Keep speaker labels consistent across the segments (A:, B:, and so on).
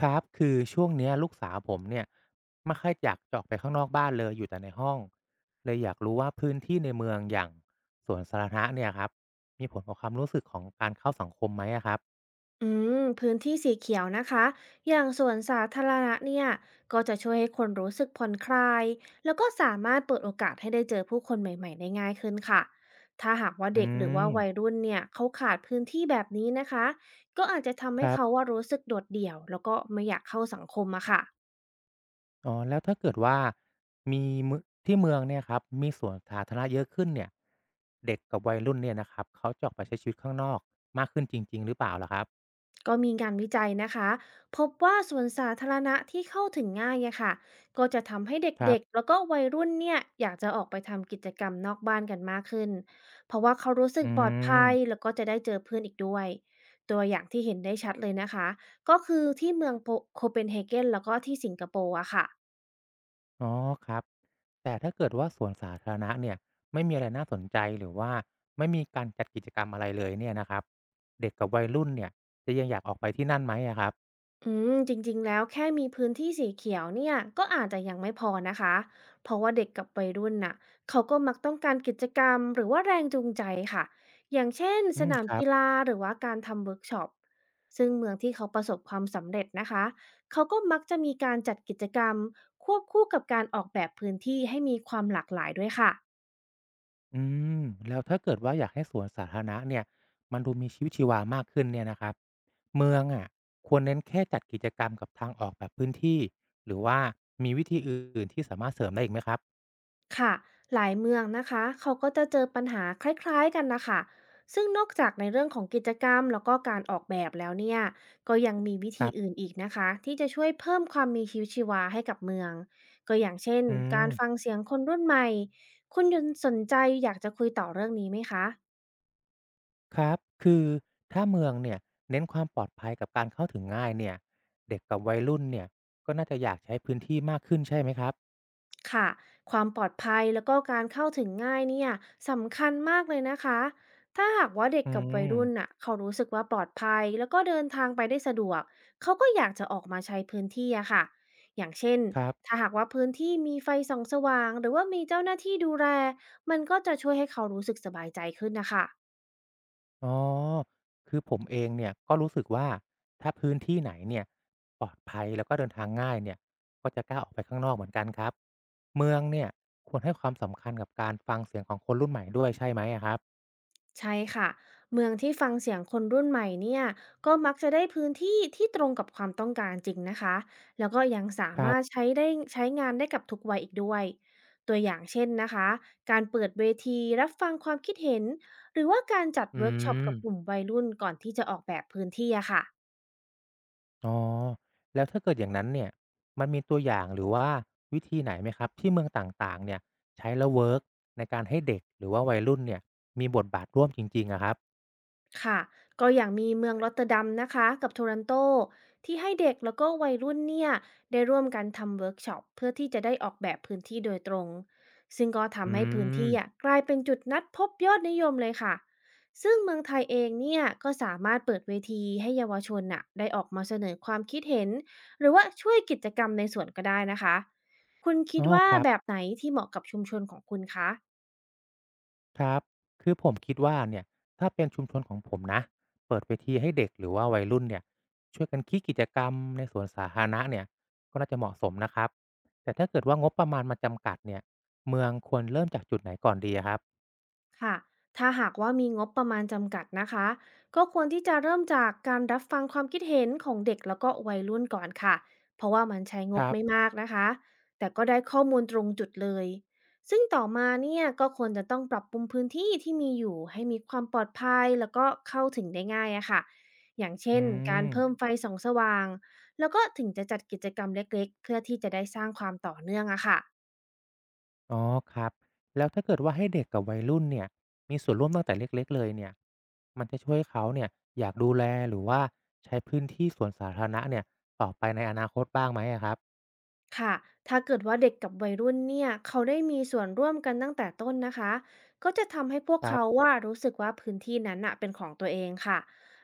A: ครับคือช่วงเนี้ยลูกสาวผมเนี่ยไม่ค่อยอยากจะออกไปข้างนอกบ้านเลยอยู่แต่ในห้องเลยอยากรู้ว่าพื้นที่ในเมืองอย่างสวนสาธารณะเนี่ยครับมีผลต่อความรู้สึกของการเข้าสังคมไหมอะครับ
B: อืมพื้นที่สีเขียวนะคะอย่างสวนสาธารณะเนี่ยก็จะช่วยให้คนรู้สึกผ่อนคลายแล้วก็สามารถเปิดโอกาสให้ได้เจอผู้คนใหม่ๆได้ง่ายขึ้นค่ะถ้าหากว่า
A: อื
B: เด็กหรือ
A: ม
B: ว่าวัยรุ่นเนี่ยเขาขาดพื้นที่แบบนี้นะคะก็อาจจะทำ
A: ค
B: ให้
A: รั
B: เขาว่า
A: บ
B: รู้สึกโดดเดี่ยวแล้วก็ไม่อยากเข้าสังคมอะค่ะ
A: อ๋อแล้วถ้าเกิดว่ามีมืที่เมืองเนี่ยครับมีสวนสาธารณะเยอะขึ้นเนี่ยเด็กกับวัยรุ่นเนี่ยนะครับเขาจะออกไปใช้ชีวิตข้างนอกมากขึ้นจริงๆหรือเปล่าล่ะครับ
B: ก็มีงานวิจัยนะคะพบว่าสวนสาธารณะที่เข้าถึงง่ายอะค่ะก็จะทำให้เ
A: ครั
B: ด็กๆ
A: บ
B: แล้วก็วัยรุ่นเนี่ยอยากจะออกไปทำกิจกรรมนอกบ้านกันมากขึ้นเพราะว่าเขารู้สึ
A: อื
B: กปลอดภัย
A: ม
B: แล้วก็จะได้เจอเพื่อนอีกด้วยตัวอย่างที่เห็นได้ชัดเลยนะคะก็คือที่เมืองโคเปนเฮเกนแล้วก็ที่สิงคโปร์อะค่ะ
A: อ๋อครับแต่ถ้าเกิดว่าสวนสาธารณะเนี่ยไม่มีอะไรน่าสนใจหรือว่าไม่มีการจัดกิจกรรมอะไรเลยเนี่ยนะครับเด็กกับวัยรุ่นเนี่ยจะยังอยากออกไปที่นั่นไหมอะครับ
B: อืมจริงๆ แล้วแค่มีพื้นที่สีเขียวเนี่ยก็อาจจะยังไม่พอนะคะเพราะว่าเด็กกับวัยรุ่นน่ะเขาก็มักต้องการกิจกรรมหรือว่าแรงจูงใจค่ะอย่างเช่น
A: อื
B: ส
A: ม
B: นาม
A: ครับ
B: กีฬาหรือว่าการทำเวิร์กช็อปซึ่งเมืองที่เขาประสบความสำเร็จนะคะเขาก็มักจะมีการจัดกิจกรรมควบคู่กับการออกแบบพื้นที่ให้มีความหลากหลายด้วยค่ะ
A: อืมแล้วถ้าเกิดว่าอยากให้สวนสาธารณะเนี่ยมันดูมีชีวิตชีวามากขึ้นเนี่ยนะครับเมืองอะควรเน้นแค่จัดกิจกรรมกับทางออกแบบพื้นที่หรือว่ามีวิธีอื่นๆที่สามารถเสริมได้อีกไหมครับ
B: ค่ะหลายเมืองนะคะเขาก็จะเจอปัญหาคล้ายๆกันนะคะซึ่งนอกจากในเรื่องของกิจกรรมแล้วก็การออกแบบแล้วเนี่ยก็ยังมีวิ
A: ค
B: ธี
A: รั
B: อื่น
A: บ
B: อีกนะคะที่จะช่วยเพิ่มความมีชีวิตชีวาให้กับเมืองก็อย่างเช่น
A: อื
B: กา
A: ม
B: รฟังเสียงคนรุ่นใหม่คุณยนสนใจอยากจะคุยต่อเรื่องนี้ไหมคะ
A: ครับคือถ้าเมืองเนี่ยเน้นความปลอดภัยกับการเข้าถึงง่ายเนี่ยเด็กกับวัยรุ่นเนี่ยก็น่าจะอยากใช้พื้นที่มากขึ้นใช่ไหมครับ
B: ค่ะความปลอดภัยแล้วก็การเข้าถึงง่ายเนี่ยสำคัญมากเลยนะคะ ถ้าหากว่าเด็ก
A: อื
B: กับวัยรุ่น
A: ม
B: น่ะเขารู้สึกว่าปลอดภัยแล้วก็เดินทางไปได้สะดวกเขาก็อยากจะออกมาใช้พื้นที่อะค่ะ อย่างเช่น
A: ครั
B: ถ้า
A: บ
B: หากว่าพื้นที่มีไฟส่องสว่างหรือว่ามีเจ้าหน้าที่ดูแลมันก็จะช่วยให้เขารู้สึกสบายใจขึ้นนะคะ
A: อ๋อคือผมเองเนี่ยก็รู้สึกว่าถ้าพื้นที่ไหนเนี่ยปลอดภัยแล้วก็เดินทางง่ายเนี่ยก็จะกล้าออกไปข้างนอกเหมือนกันครับเมืองเนี่ยควรให้ความสำคัญกับการฟังเสียงของคนรุ่นใหม่ด้วยใช่ไหมอะครับ
B: ใช่ค่ะเมืองที่ฟังเสียงคนรุ่นใหม่เนี่ยก็มักจะได้พื้นที่ที่ตรงกับความต้องการจริงนะคะแล้วก็ยังสา
A: ครั
B: มา
A: บ
B: รถใช้ได้ใช้งานได้กับทุกวัยอีกด้วยตัวอย่างเช่นนะคะการเปิดเวทีรับฟังความคิดเห็นหรือว่าการจัด
A: อื
B: เวิร์กช็อปกับกลุ่ม
A: ม
B: วัยรุ่นก่อนที่จะออกแบบพื้นที่อะค่ะ
A: อ๋อแล้วถ้าเกิดอย่างนั้นเนี่ยมันมีตัวอย่างหรือว่าวิธีไหนไหมครับที่เมืองต่างๆเนี่ยใช้แล้วเวิร์กในการให้เด็กหรือว่าวัยรุ่นเนี่ยมีบทบาทร่วมจริงๆอะครับ
B: ค่ะก็อย่างมีเมืองรอตเตอร์ดัมนะคะกับโทรอนโตที่ให้เด็กแล้วก็วัยรุ่นเนี่ยได้ร่วมกันทำเวิร์กช็อปเพื่อที่จะได้ออกแบบพื้นที่โดยตรงซึ่งก็
A: อื
B: ทำให้พื้น
A: ม
B: ที่อ่ะกลายเป็นจุดนัดพบยอดนิยมเลยค่ะซึ่งเมืองไทยเองเนี่ยก็สามารถเปิดเวทีให้เยาวชนน่ะได้ออกมาเสนอความคิดเห็นหรือว่าช่วยกิจกรรมในส่วนก็ได้นะคะคุณคิ
A: อ๋อ
B: ดว่า
A: ครับ
B: แบบไหนที่เหมาะกับชุมชนของคุณคะ
A: ครับคือผมคิดว่าเนี่ยถ้าเป็นชุมชนของผมนะเปิดเวทีให้เด็กหรือว่าวัยรุ่นเนี่ยช่วยกันคิดกิจกรรมในสวนสาธารณะเนี่ยก็น่าจะเหมาะสมนะครับแต่ถ้าเกิดว่างบประมาณมันจำกัดเนี่ยเมืองควรเริ่มจากจุดไหนก่อนดีอะครับ
B: ค่ะถ้าหากว่ามีงบประมาณจำกัดนะคะก็ควรที่จะเริ่มจากการรับฟังความคิดเห็นของเด็กแล้วก็วัยรุ่นก่อนค่ะเพราะว่ามันใช้ง
A: ค
B: บ
A: รับ
B: ไม่มากนะคะแต่ก็ได้ข้อมูลตรงจุดเลยซึ่งต่อมาเนี่ยก็ควรจะต้องปรับปรุงพื้นที่ที่มีอยู่ให้มีความปลอดภัยแล้วก็เข้าถึงได้ง่ายอะค่ะอย่างเช่
A: อื
B: นการ
A: ม
B: เพิ่มไฟส่องสว่างแล้วก็ถึงจะจัดกิจกรรมเล็กๆเพื่อที่จะได้สร้างความต่อเนื่องอะค่ะ
A: อ๋อครับแล้วถ้าเกิดว่าให้เด็กกับวัยรุ่นเนี่ยมีส่วนร่วมตั้งแต่เล็กๆเลยเนี่ยมันจะช่วยเขาเนี่ยอยากดูแลหรือว่าใช้พื้นที่สวนสาธารณะเนี่ยต่อไปในอนาคตบ้างไหมอะครับ
B: ค่ะถ้าเกิดว่าเด็กกับวัยรุ่นเนี่ยเขาได้มีส่วนร่วมกันตั้งแต่ต้นนะคะก็จะทำให้พวก
A: ครั
B: เขา
A: บ
B: ว่ารู้สึกว่าพื้นที่นั้นน่ะเป็นของตัวเองค่ะ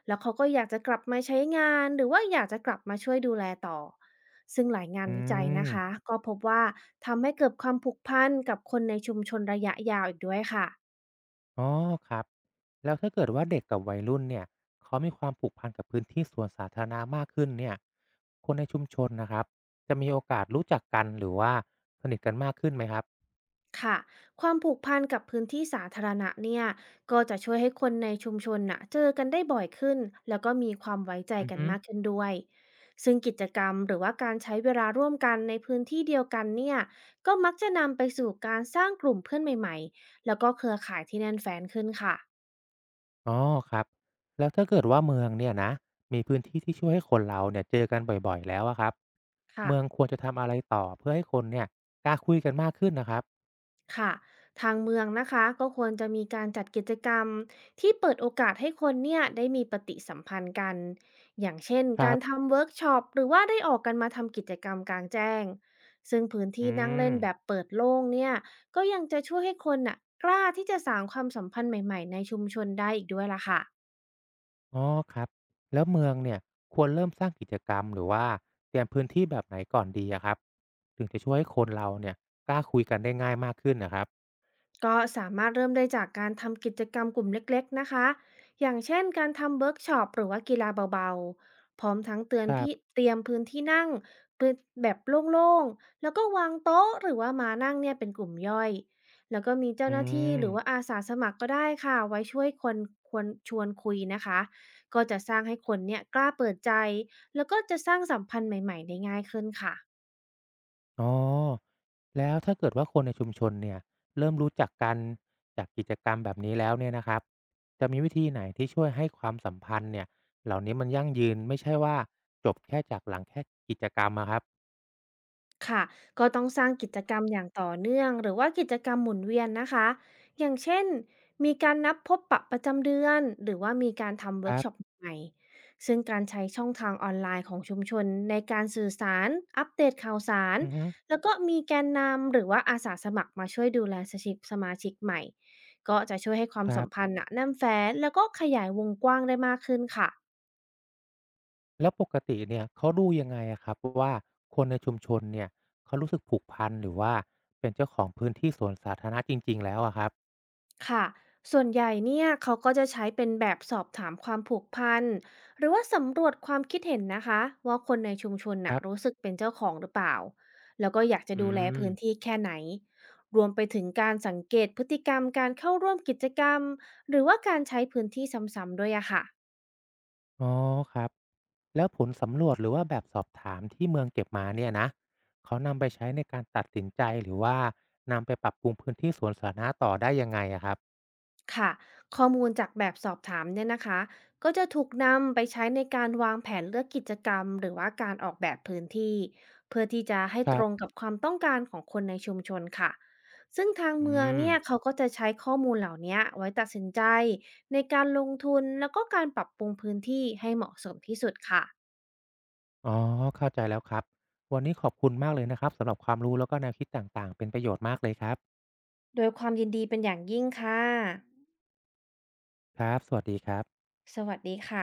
B: แล้วเขาก็อยากจะกลับมาใช้งานหรือว่าอยากจะกลับมาช่วยดูแลต่อซึ่งหลายงาน
A: อื
B: วิจัยนะ
A: ม
B: คะก็พบว่าทำให้เกิดความผูกพันกับคนในชุมชนระยะยาวอีกด้วยค่ะ
A: อ๋อครับแล้วถ้าเกิดว่าเด็กกับวัยรุ่นเนี่ยเขามีความผูกพันกับพื้นที่สวนสาธารณะมากขึ้นเนี่ยคนในชุมชนนะครับจะมีโอกาสรู้จักกันหรือว่าสนิทกันมากขึ้นไหมครับ
B: ค่ะความผูกพันกับพื้นที่สาธารณะเนี่ยก็จะช่วยให้คนในชุมชนน่ะเจอกันได้บ่อยขึ้นแล้วก็มีความไว้ใจ
A: อือ
B: กัน
A: ฮึ
B: มากขึ้นด้วยซึ่งกิจกรรมหรือว่าการใช้เวลาร่วมกันในพื้นที่เดียวกันเนี่ยก็มักจะนำไปสู่การสร้างกลุ่มเพื่อนใหม่ๆแล้วก็เครือข่ายที่แน่นแฟ้นขึ้นค่ะ
A: อ๋อครับแล้วถ้าเกิดว่าเมืองเนี่ยนะมีพื้นที่ที่ช่วยให้คนเราเนี่ยเจอกันบ่อยๆแล้วอะครับ
B: ค่ะ
A: เมืองควรจะทำอะไรต่อเพื่อให้คนเนี่ยกล้าคุยกันมากขึ้นนะครับ
B: ค่ะทางเมืองนะคะก็ควรจะมีการจัดกิจกรรมที่เปิดโอกาสให้คนเนี่ยได้มีปฏิสัมพันธ์กันอย่างเช่น
A: ครั
B: การ
A: บ
B: ทำเวิร์กช็อปหรือว่าได้ออกกันมาทำกิจกรรมกลางแจ้งซึ่งพื้น
A: อื
B: ที่นั่ง
A: ม
B: เล่นแบบเปิดโล่งเนี่ยก็ยังจะช่วยให้คนน่ะกล้าที่จะสร้างความสัมพันธ์ใหม่ๆในชุมชนได้อีกด้วยล่ะค่ะ
A: อ๋อครับแล้วเมืองเนี่ยควรเริ่มสร้างกิจกรรมหรือว่าเตรียมพื้นที่แบบไหนก่อนดีอะครับถึงจะช่วยให้คนเราเนี่ยกล้าคุยกันได้ง่ายมากขึ้นนะครับ
B: ก็สามารถเริ่มได้จากการทำกิจกรรมกลุ่มเล็กๆนะคะอย่างเช่นการทำเวิร์กช็อปหรือว่ากีฬาเบาๆพร้อมทั้งเตือน
A: ครั
B: พี่
A: บ
B: เตรียมพื้นที่นั่งพื้นแบบโล่งๆแล้วก็วางโต๊ะหรือว่ามานั่งเนี่ยเป็นกลุ่มย่อยแล้วก็มีเจ้า
A: อื
B: หน้าที่
A: ม
B: หรือว่าอาสาสมัครก็ได้ค่ะไว้ช่วยคนควรชวนคุยนะคะก็จะสร้างให้คนเนี่ยกล้าเปิดใจแล้วก็จะสร้างสัมพันธ์ใหม่ๆได้ง่ายขึ้นค่ะ
A: อ๋อแล้วถ้าเกิดว่าคนในชุมชนเนี่ยเริ่มรู้จักกันจากกิจกรรมแบบนี้แล้วเนี่ยนะครับจะมีวิธีไหนที่ช่วยให้ความสัมพันธ์เนี่ยเหล่านี้มันยั่งยืนไม่ใช่ว่าจบแค่จากหลังแค่กิจกรรมอะครับ
B: ค่ะก็ต้องสร้างกิจกรรมอย่างต่อเนื่องหรือว่ากิจกรรมหมุนเวียนนะคะอย่างเช่นมีการนับพบปะประจำเดือนหรือว่ามีการทำ
A: ค
B: เวิร์
A: รั
B: กช็อป
A: บ
B: ใหม่ซึ่งการใช้ช่องทางออนไลน์ของชุมชนในการสื่อสารอัปเดตข่าวสาร
A: อือฮึ
B: แล้วก็มีแกนนำหรือว่าอาสาสมัครมาช่วยดูแลสชิสมาชิกใหม่ก็จะช่วยให้ควา
A: ค
B: ม
A: รั
B: สัม
A: บ
B: พันธ์น่ะแน่นแฟ้นแล้วก็ขยายวงกว้างได้มากขึ้นค่ะ
A: แล้วปกติเนี่ยเขาดูยังไงอะครับว่าคนในชุมชนเนี่ยเขารู้สึกผูกพันหรือว่าเป็นเจ้าของพื้นที่สวนสาธารณะจริงๆแล้วอะครับ
B: ค่ะ ส่วนใหญ่เนี่ยเขาก็จะใช้เป็นแบบสอบถามความผูกพันหรือว่าสำรวจความคิดเห็นนะคะว่าคนในชุมชน
A: ค
B: น่ะ
A: รั
B: รู้
A: บ
B: สึกเป็นเจ้าของหรือเปล่าแล้วก็อยากจะ
A: อื
B: ดูแลพื้น
A: ม
B: ที่แค่ไหนรวมไปถึงการสังเกตพฤติกรรมการเข้าร่วมกิจกรรมหรือว่าการใช้พื้นที่ซ้ำๆด้วยอะค่ะ
A: อ๋อครับ แล้วผลสำรวจหรือว่าแบบสอบถามที่เมืองเก็บมาเนี่ยนะ เขานำไปใช้ในการตัดสินใจหรือว่านำไปปรับปรุงพื้นที่สวนสาธารณะต่อได้ยังไงอะครับ
B: ค่ะข้อมูลจากแบบสอบถามเนี่ยนะคะก็จะถูกนำไปใช้ในการวางแผนเลือกกิจกรรมหรือว่าการออกแบบพื้นที่เพื่อที่จะให้
A: ค
B: ต
A: รั
B: รง
A: บ
B: กับความต้องการของคนในชุมชนค่ะซึ่งทาง
A: อื
B: เมือง
A: ม
B: เนี่ยเขาก็จะใช้ข้อมูลเหล่านี้ไว้ตัดสินใจในการลงทุนแล้วก็การปรับปรุงพื้นที่ให้เหมาะสมที่สุดค่ะ
A: อ๋อเข้าใจแล้วครับ วันนี้ขอบคุณมากเลยนะครับสำหรับความรู้แล้วก็แนวคิดต่างๆ เป็นประโยชน์มากเลยครับ
B: โดยความยินดีเป็นอย่างยิ่งค่ะ
A: ครับสวัสดีครับ
B: สวัสดีค่ะ